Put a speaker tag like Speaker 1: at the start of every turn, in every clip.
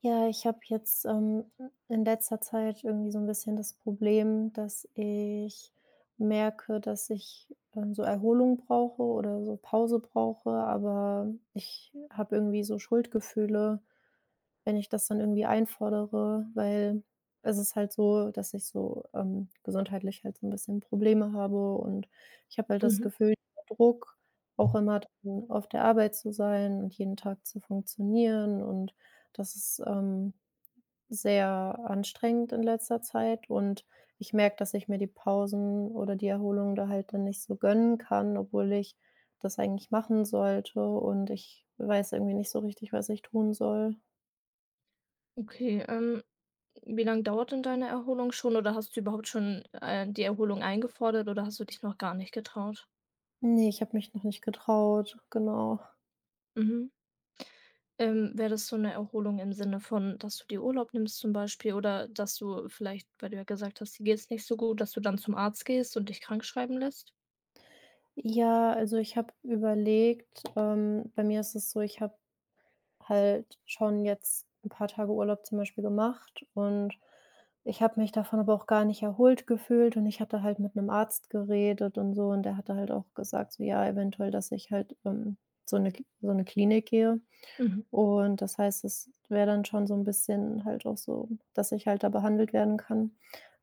Speaker 1: Ja, ich habe jetzt, in letzter Zeit irgendwie so ein bisschen das Problem, dass ich merke, dass ich, so Erholung brauche oder so Pause brauche, aber ich habe irgendwie so Schuldgefühle, wenn ich das dann irgendwie einfordere, weil es ist halt so, dass ich so, gesundheitlich halt so ein bisschen Probleme habe. Und ich habe halt das
Speaker 2: Mhm.
Speaker 1: Gefühl, dieser Druck, auch immer dann auf der Arbeit zu sein und jeden Tag zu funktionieren, und das ist, sehr anstrengend in letzter Zeit. Und ich merke, dass ich mir die Pausen oder die Erholung da halt dann nicht so gönnen kann, obwohl ich das eigentlich machen sollte, und ich weiß irgendwie nicht so richtig, was ich tun soll.
Speaker 2: Okay, wie lange dauert denn deine Erholung schon oder hast du überhaupt schon, die Erholung eingefordert oder hast du dich noch gar nicht getraut?
Speaker 1: Ne, ich habe mich noch nicht getraut, genau.
Speaker 2: Mhm. Wäre das so eine Erholung im Sinne von, dass du dir Urlaub nimmst zum Beispiel oder dass du vielleicht, weil du ja gesagt hast, dir geht's nicht so gut, dass du dann zum Arzt gehst und dich krank schreiben lässt?
Speaker 1: Ja, also ich habe überlegt, bei mir ist es so, ich habe halt schon jetzt ein paar Tage Urlaub zum Beispiel gemacht und ich habe mich davon aber auch gar nicht erholt gefühlt, und ich hatte halt mit einem Arzt geredet und so, und der hatte halt auch gesagt, so ja, eventuell, dass ich halt, so eine so eine Klinik gehe,
Speaker 2: Mhm,
Speaker 1: und das heißt, es wäre dann schon so ein bisschen halt auch so, dass ich halt da behandelt werden kann.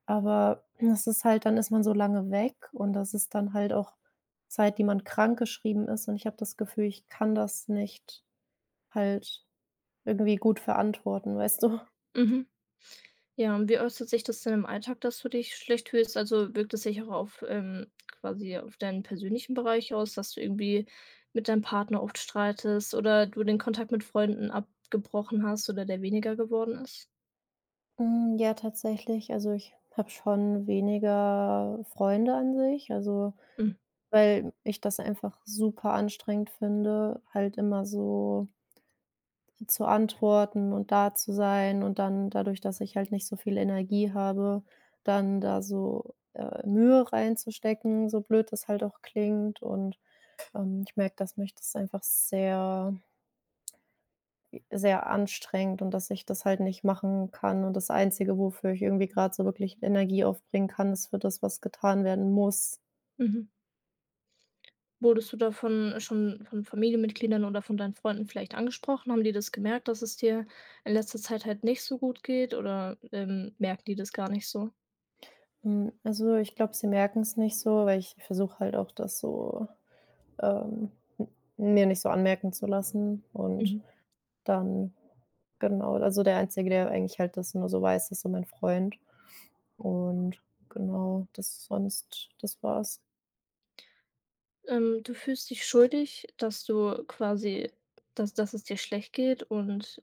Speaker 1: Aber das ist halt dann, ist man so lange weg, und das ist dann halt auch Zeit, die man krankgeschrieben ist, und ich habe das Gefühl, ich kann das nicht halt irgendwie gut verantworten, weißt du?
Speaker 2: mhm. Ja, und wie äußert sich das denn im Alltag, dass du dich schlecht fühlst? Also, wirkt es sich auch auf, quasi auf deinen persönlichen Bereich aus, dass du irgendwie mit deinem Partner oft streitest oder du den Kontakt mit Freunden abgebrochen hast oder der weniger geworden ist?
Speaker 1: Hm, ja, tatsächlich. Also, ich habe schon weniger Freunde an sich, also,
Speaker 2: Hm,
Speaker 1: weil ich das einfach super anstrengend finde, halt immer so zu antworten und da zu sein, und dann dadurch, dass ich halt nicht so viel Energie habe, dann da so, Mühe reinzustecken, so blöd das halt auch klingt. Und, ich merke, dass mich das einfach sehr sehr anstrengend, und dass ich das halt nicht machen kann. Und das Einzige, wofür ich irgendwie gerade so wirklich Energie aufbringen kann, ist für das, was getan werden muss.
Speaker 2: mhm. Wurdest du davon schon von Familienmitgliedern oder von deinen Freunden vielleicht angesprochen? Haben die das gemerkt, dass es dir in letzter Zeit halt nicht so gut geht oder, merken die das gar nicht so?
Speaker 1: Hm, also, ich glaube, sie merken es nicht so, weil ich versuche halt auch das so, ähm, m mir nicht so anmerken zu lassen, und
Speaker 2: Mhm.
Speaker 1: dann genau, also, der Einzige, der eigentlich halt das nur so weiß, ist so mein Freund, und genau, das, sonst das war's.
Speaker 2: Du fühlst dich schuldig, dass du quasi dass es dir schlecht geht und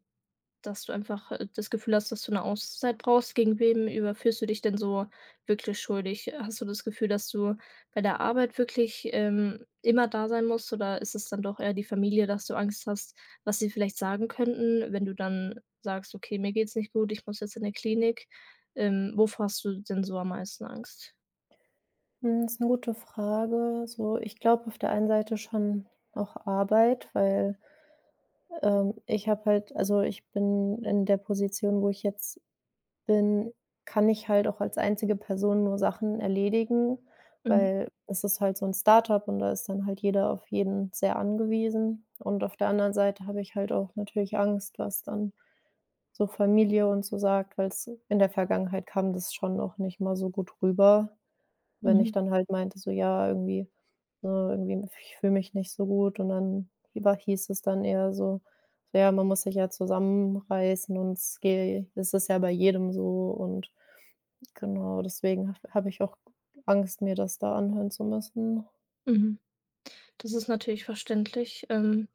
Speaker 2: dass du einfach, das Gefühl hast, dass du eine Auszeit brauchst. Gegen wem überfühlst du dich denn so wirklich schuldig? Hast du das Gefühl, dass du bei der Arbeit wirklich, immer da sein musst oder ist es dann doch eher die Familie, dass du Angst hast, was sie vielleicht sagen könnten, wenn du dann sagst: „Okay, mir geht's nicht gut, ich muss jetzt in der Klinik.“ wovor hast du denn so am meisten Angst?
Speaker 1: Hm, ist 'ne gute Frage. So, ich glaube auf der einen Seite schon auch Arbeit, weil, ich habe halt, also, ich bin in der Position, wo ich jetzt bin, kann ich halt auch als einzige Person nur Sachen erledigen,
Speaker 2: Mhm,
Speaker 1: weil es ist halt so 'n Start-up, und da ist dann halt jeder auf jeden sehr angewiesen. Und auf der anderen Seite habe ich halt auch natürlich Angst, was dann so Familie und so sagt, weil's in der Vergangenheit, kam das schon auch nicht mal so gut rüber. Wenn ich
Speaker 2: mhm,
Speaker 1: dann halt meinte so: „Ja, irgendwie, ne, irgendwie ich fühle mich nicht so gut“, und dann hieber hieß es dann eher so: „So ja, man muss sich ja zusammenreißen, und es ist ja bei jedem so“, und genau, deswegen habe ich auch Angst, mir das da anhören zu müssen.
Speaker 2: mhm. Das ist natürlich verständlich.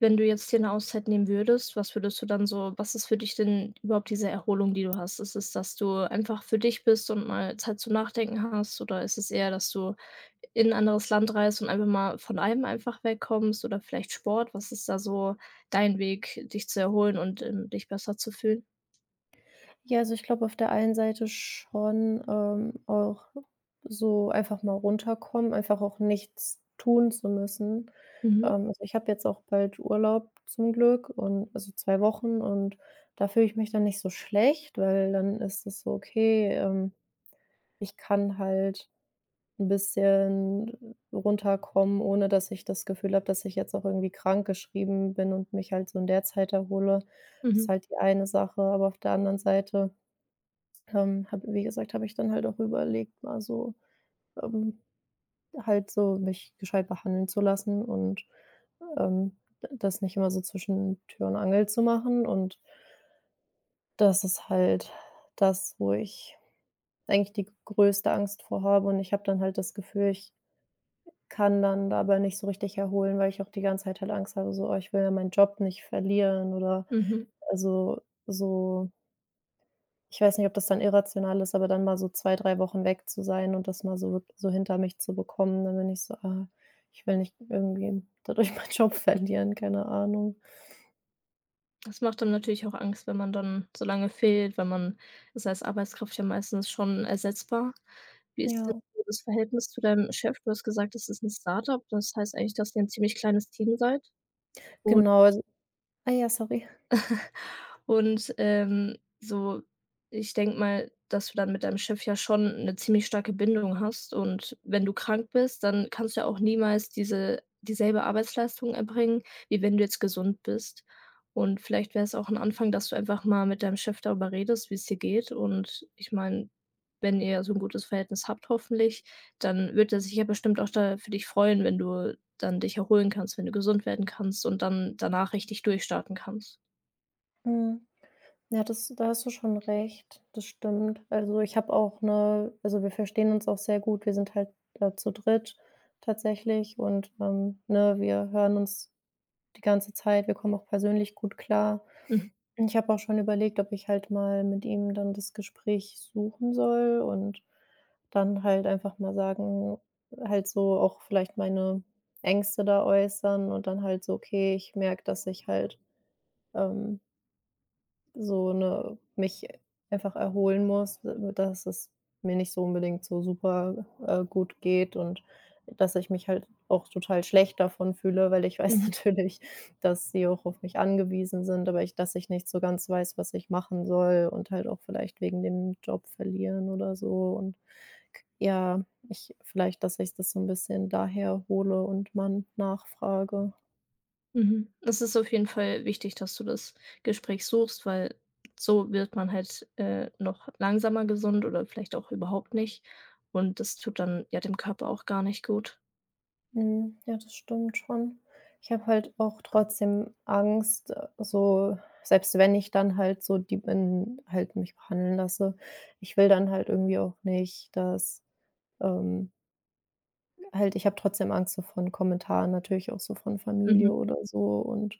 Speaker 2: Wenn du jetzt dir eine Auszeit nehmen würdest, was würdest du dann so was ist für dich denn überhaupt diese Erholung, die du hast? Ist es, dass du einfach für dich bist und mal Zeit zum Nachdenken hast oder ist es eher, dass du in 'n anderes Land reist und einfach mal von allem einfach wegkommst oder vielleicht Sport? Was ist da so dein Weg, dich zu erholen und, dich besser zu fühlen?
Speaker 1: Ja, also ich glaube auf der einen Seite schon, auch so einfach mal runterkommen, einfach auch nichts tun zu müssen.
Speaker 2: Mhm,
Speaker 1: Also ich habe jetzt auch bald Urlaub zum Glück, und also 2 Wochen, und da fühle ich mich dann nicht so schlecht, weil dann ist es so: Okay, ich kann halt ein bisschen runterkommen, ohne dass ich das Gefühl habe, dass ich jetzt auch irgendwie krankgeschrieben bin und mich halt so in der Zeit erhole. Das ist
Speaker 2: mhm,
Speaker 1: halt die eine Sache, aber auf der anderen Seite, habe, wie gesagt, habe ich dann halt auch überlegt, mal so, ähm, halt so mich gescheit behandeln zu lassen, und, ähm, d das nicht immer so zwischen Tür und Angel zu machen. Und das ist halt das, wo ich eigentlich die größte Angst vor habe. Und ich habe dann halt das Gefühl, ich kann dann dabei nicht so richtig erholen, weil ich auch die ganze Zeit halt Angst habe, so: „Oh, ich will ja meinen Job nicht verlieren“, oder
Speaker 2: mhm.
Speaker 1: also, so, ich weiß nicht, ob das dann irrational ist, aber dann mal so 2, 3 Wochen weg zu sein und das mal so so hinter mich zu bekommen, dann bin ich so: „Ah, ich will nicht irgendwie dadurch meinen Job verlieren“, keine Ahnung.
Speaker 2: Das macht dann natürlich auch Angst, wenn man dann so lange fehlt, weil man ist als Arbeitskraft ja meistens schon ersetzbar. Wie ist
Speaker 1: Ja,
Speaker 2: denn so das Verhältnis zu deinem Chef? Du hast gesagt, das ist ein Startup. Das heißt eigentlich, dass ihr ein ziemlich kleines Team seid.
Speaker 1: genau, also, ah ja, sorry.
Speaker 2: Und, so ich denke mal, dass du dann mit deinem Chef ja schon eine ziemlich starke Bindung hast und wenn du krank bist, dann kannst du ja auch niemals dieselbe Arbeitsleistung erbringen, wie wenn du jetzt gesund bist. Und vielleicht wäre es auch ein Anfang, dass du einfach mal mit deinem Chef darüber redest, wie es dir geht. Und ich meine, wenn ihr so ein gutes Verhältnis habt hoffentlich, dann wird er sich ja bestimmt auch da für dich freuen, wenn du dann dich erholen kannst, wenn du gesund werden kannst und dann danach richtig durchstarten kannst.
Speaker 1: Mhm. Ja, das, da hast du schon recht, das stimmt. Also, ich habe auch 'ne, also, wir verstehen uns auch sehr gut. Wir sind halt, zu dritt tatsächlich, und, ne, wir hören uns die ganze Zeit. Wir kommen auch persönlich gut klar.
Speaker 2: Mhm.
Speaker 1: Ich habe auch schon überlegt, ob ich halt mal mit ihm dann das Gespräch suchen soll, und dann halt einfach mal sagen, halt so auch vielleicht meine Ängste da äußern, und dann halt so: „Okay, ich merke, dass ich halt, ähm, so 'ne mich einfach erholen muss, dass es mir nicht so unbedingt so super, gut geht, und dass ich mich halt auch total schlecht davon fühle, weil ich weiß
Speaker 2: Mhm.
Speaker 1: natürlich, dass sie auch auf mich angewiesen sind, aber ich, dass ich nicht so ganz weiß, was ich machen soll, und halt auch vielleicht wegen dem Job verlieren oder so, und ja, ich vielleicht, dass ich das so ein bisschen daher hole und man nachfrage.
Speaker 2: Mhm. Es ist auf jeden Fall wichtig, dass du das Gespräch suchst, weil so wird man halt, noch langsamer gesund oder vielleicht auch überhaupt nicht. Und das tut dann ja dem Körper auch gar nicht gut.
Speaker 1: Mhm, ja, das stimmt schon. Ich habe halt auch trotzdem Angst, so selbst wenn ich dann halt so die bin, halt mich behandeln lasse, ich will dann halt irgendwie auch nicht, dass, ähm halt, ich habe trotzdem Angst so von Kommentaren, natürlich auch so von Familie
Speaker 2: Mhm,
Speaker 1: oder so, und,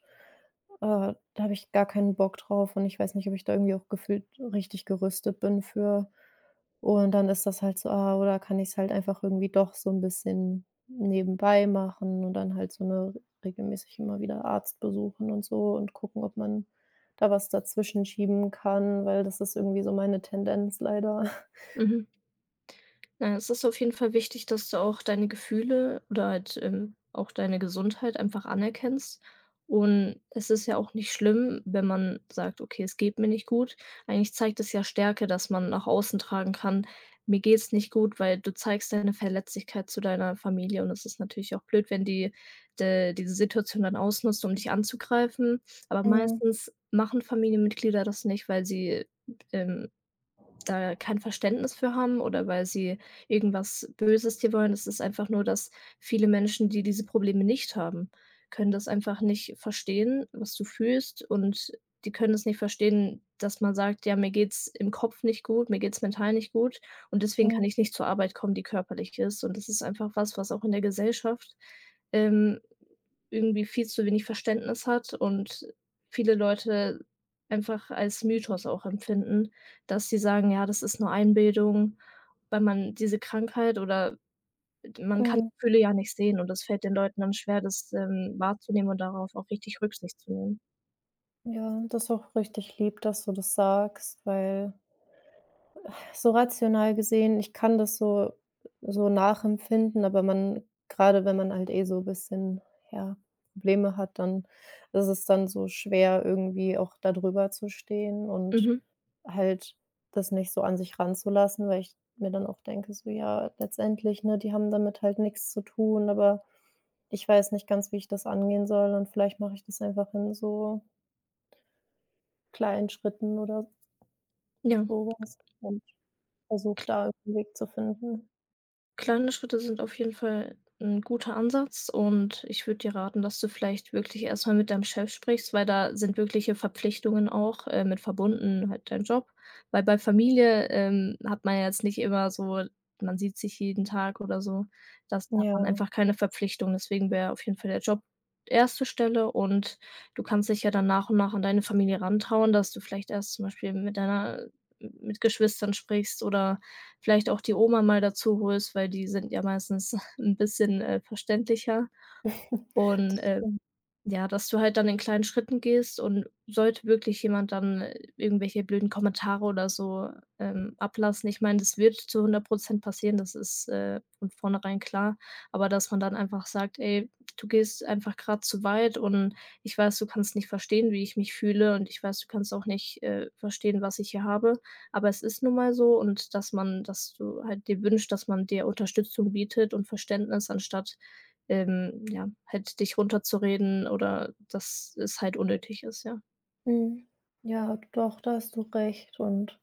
Speaker 1: da habe ich gar keinen Bock drauf, und ich weiß nicht, ob ich da irgendwie auch gefühlt richtig gerüstet bin für. Und dann ist das halt so, ah, oder kann ich es halt einfach irgendwie doch so ein bisschen nebenbei machen, und dann halt so, eine regelmäßig immer wieder Arzt besuchen und so, und gucken, ob man da was dazwischen schieben kann, weil das ist irgendwie so meine Tendenz leider.
Speaker 2: mhm. Na, es ist auf jeden Fall wichtig, dass du auch deine Gefühle oder halt, auch deine Gesundheit einfach anerkennst. Und es ist ja auch nicht schlimm, wenn man sagt: „Okay, es geht mir nicht gut.“ Eigentlich zeigt es ja Stärke, dass man nach außen tragen kann: „Mir geht's nicht gut“, weil du zeigst deine Verletzlichkeit zu deiner Familie und es ist natürlich auch blöd, wenn die de diese Situation dann ausnutzt, um dich anzugreifen. Aber
Speaker 1: Mhm,
Speaker 2: meistens machen Familienmitglieder das nicht, weil sie, ähm da kein Verständnis für haben oder weil sie irgendwas Böses dir wollen. Es ist einfach nur, dass viele Menschen, die diese Probleme nicht haben, können das einfach nicht verstehen, was du fühlst und die können es nicht verstehen, dass man sagt: „Ja, mir geht's im Kopf nicht gut, mir geht's mental nicht gut und deswegen kann
Speaker 1: mhm,
Speaker 2: ich nicht zur Arbeit kommen, die körperlich ist.“ Und das ist einfach was, was auch in der Gesellschaft, ähm, irgendwie viel zu wenig Verständnis hat und viele Leute einfach als Mythos auch empfinden, dass sie sagen: „Ja, das ist nur Einbildung“, weil man diese Krankheit oder man kann
Speaker 1: mhm.
Speaker 2: die Gefühle ja nicht sehen und das fällt den Leuten dann schwer, das, wahrzunehmen und darauf auch richtig Rücksicht zu nehmen.
Speaker 1: Ja, das ist auch richtig lieb, dass du das sagst, weil so rational gesehen, ich kann das so so nachempfinden, aber man, gerade wenn man halt eh so ein bisschen, ja, Probleme hat, dann ist es dann so schwer, irgendwie auch da drüber zu stehen und
Speaker 2: Mhm,
Speaker 1: halt das nicht so an sich ranzulassen, weil ich mir dann auch denke, so: „Ja, letztendlich, ne, die haben damit halt nichts zu tun, aber ich weiß nicht ganz, wie ich das angehen soll, und vielleicht mache ich das einfach in so kleinen Schritten“, oder
Speaker 2: ja.
Speaker 1: so was, und versuche da irgend 'n Weg zu finden.
Speaker 2: Kleine Schritte sind auf jeden Fall ein guter Ansatz und ich würde dir raten, dass du vielleicht wirklich erst mal mit deinem Chef sprichst, weil da sind wirkliche Verpflichtungen auch, mit verbunden, halt dein Job. Weil bei Familie, hat man ja jetzt nicht immer so man sieht sich jeden Tag oder so. Das da hat man
Speaker 1: Ja,
Speaker 2: einfach keine Verpflichtung, deswegen wäre auf jeden Fall der Job erste Stelle und du kannst dich ja dann nach und nach an deine Familie rantrauen, dass du vielleicht erst zum Beispiel mit deiner mit Geschwistern sprichst oder vielleicht auch die Oma mal dazu holst, weil die sind ja meistens ein bisschen, verständlicher und,
Speaker 1: das stimmt.
Speaker 2: ja, dass du halt dann in kleinen Schritten gehst und sollte wirklich jemand dann, irgendwelche blöden Kommentare oder so, ablassen. Ich meine, das wird zu 100% passieren, das ist, von vornherein klar, aber dass man dann einfach sagt: „Ey, du gehst einfach gerade zu weit und ich weiß, du kannst nicht verstehen, wie ich mich fühle und ich weiß, du kannst auch nicht, verstehen, was ich hier habe, aber es ist nun mal so“ und dass man dass du halt dir wünschst, dass man dir Unterstützung bietet und Verständnis, anstatt ja, halt dich runterzureden oder dass es halt unnötig ist, ja.
Speaker 1: Mhm. Ja, doch, da hast du recht, und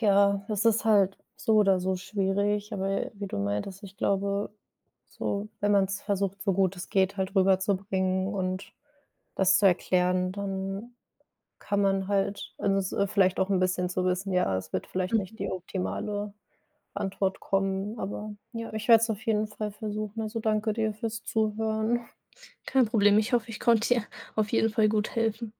Speaker 1: ja, es ist halt so oder so schwierig, aber wie du meintest, ich glaube, so, wenn man's versucht, so gut es geht, halt rüberzubringen und das zu erklären, dann kann man halt, also, es vielleicht auch 'n bisschen zu wissen, ja, es wird vielleicht nicht
Speaker 2: Mhm.
Speaker 1: die optimale Antwort kommen. Aber ja, ich werde es auf jeden Fall versuchen. Also danke dir fürs Zuhören.
Speaker 2: Kein Problem. Ich hoffe, ich konnte dir auf jeden Fall gut helfen.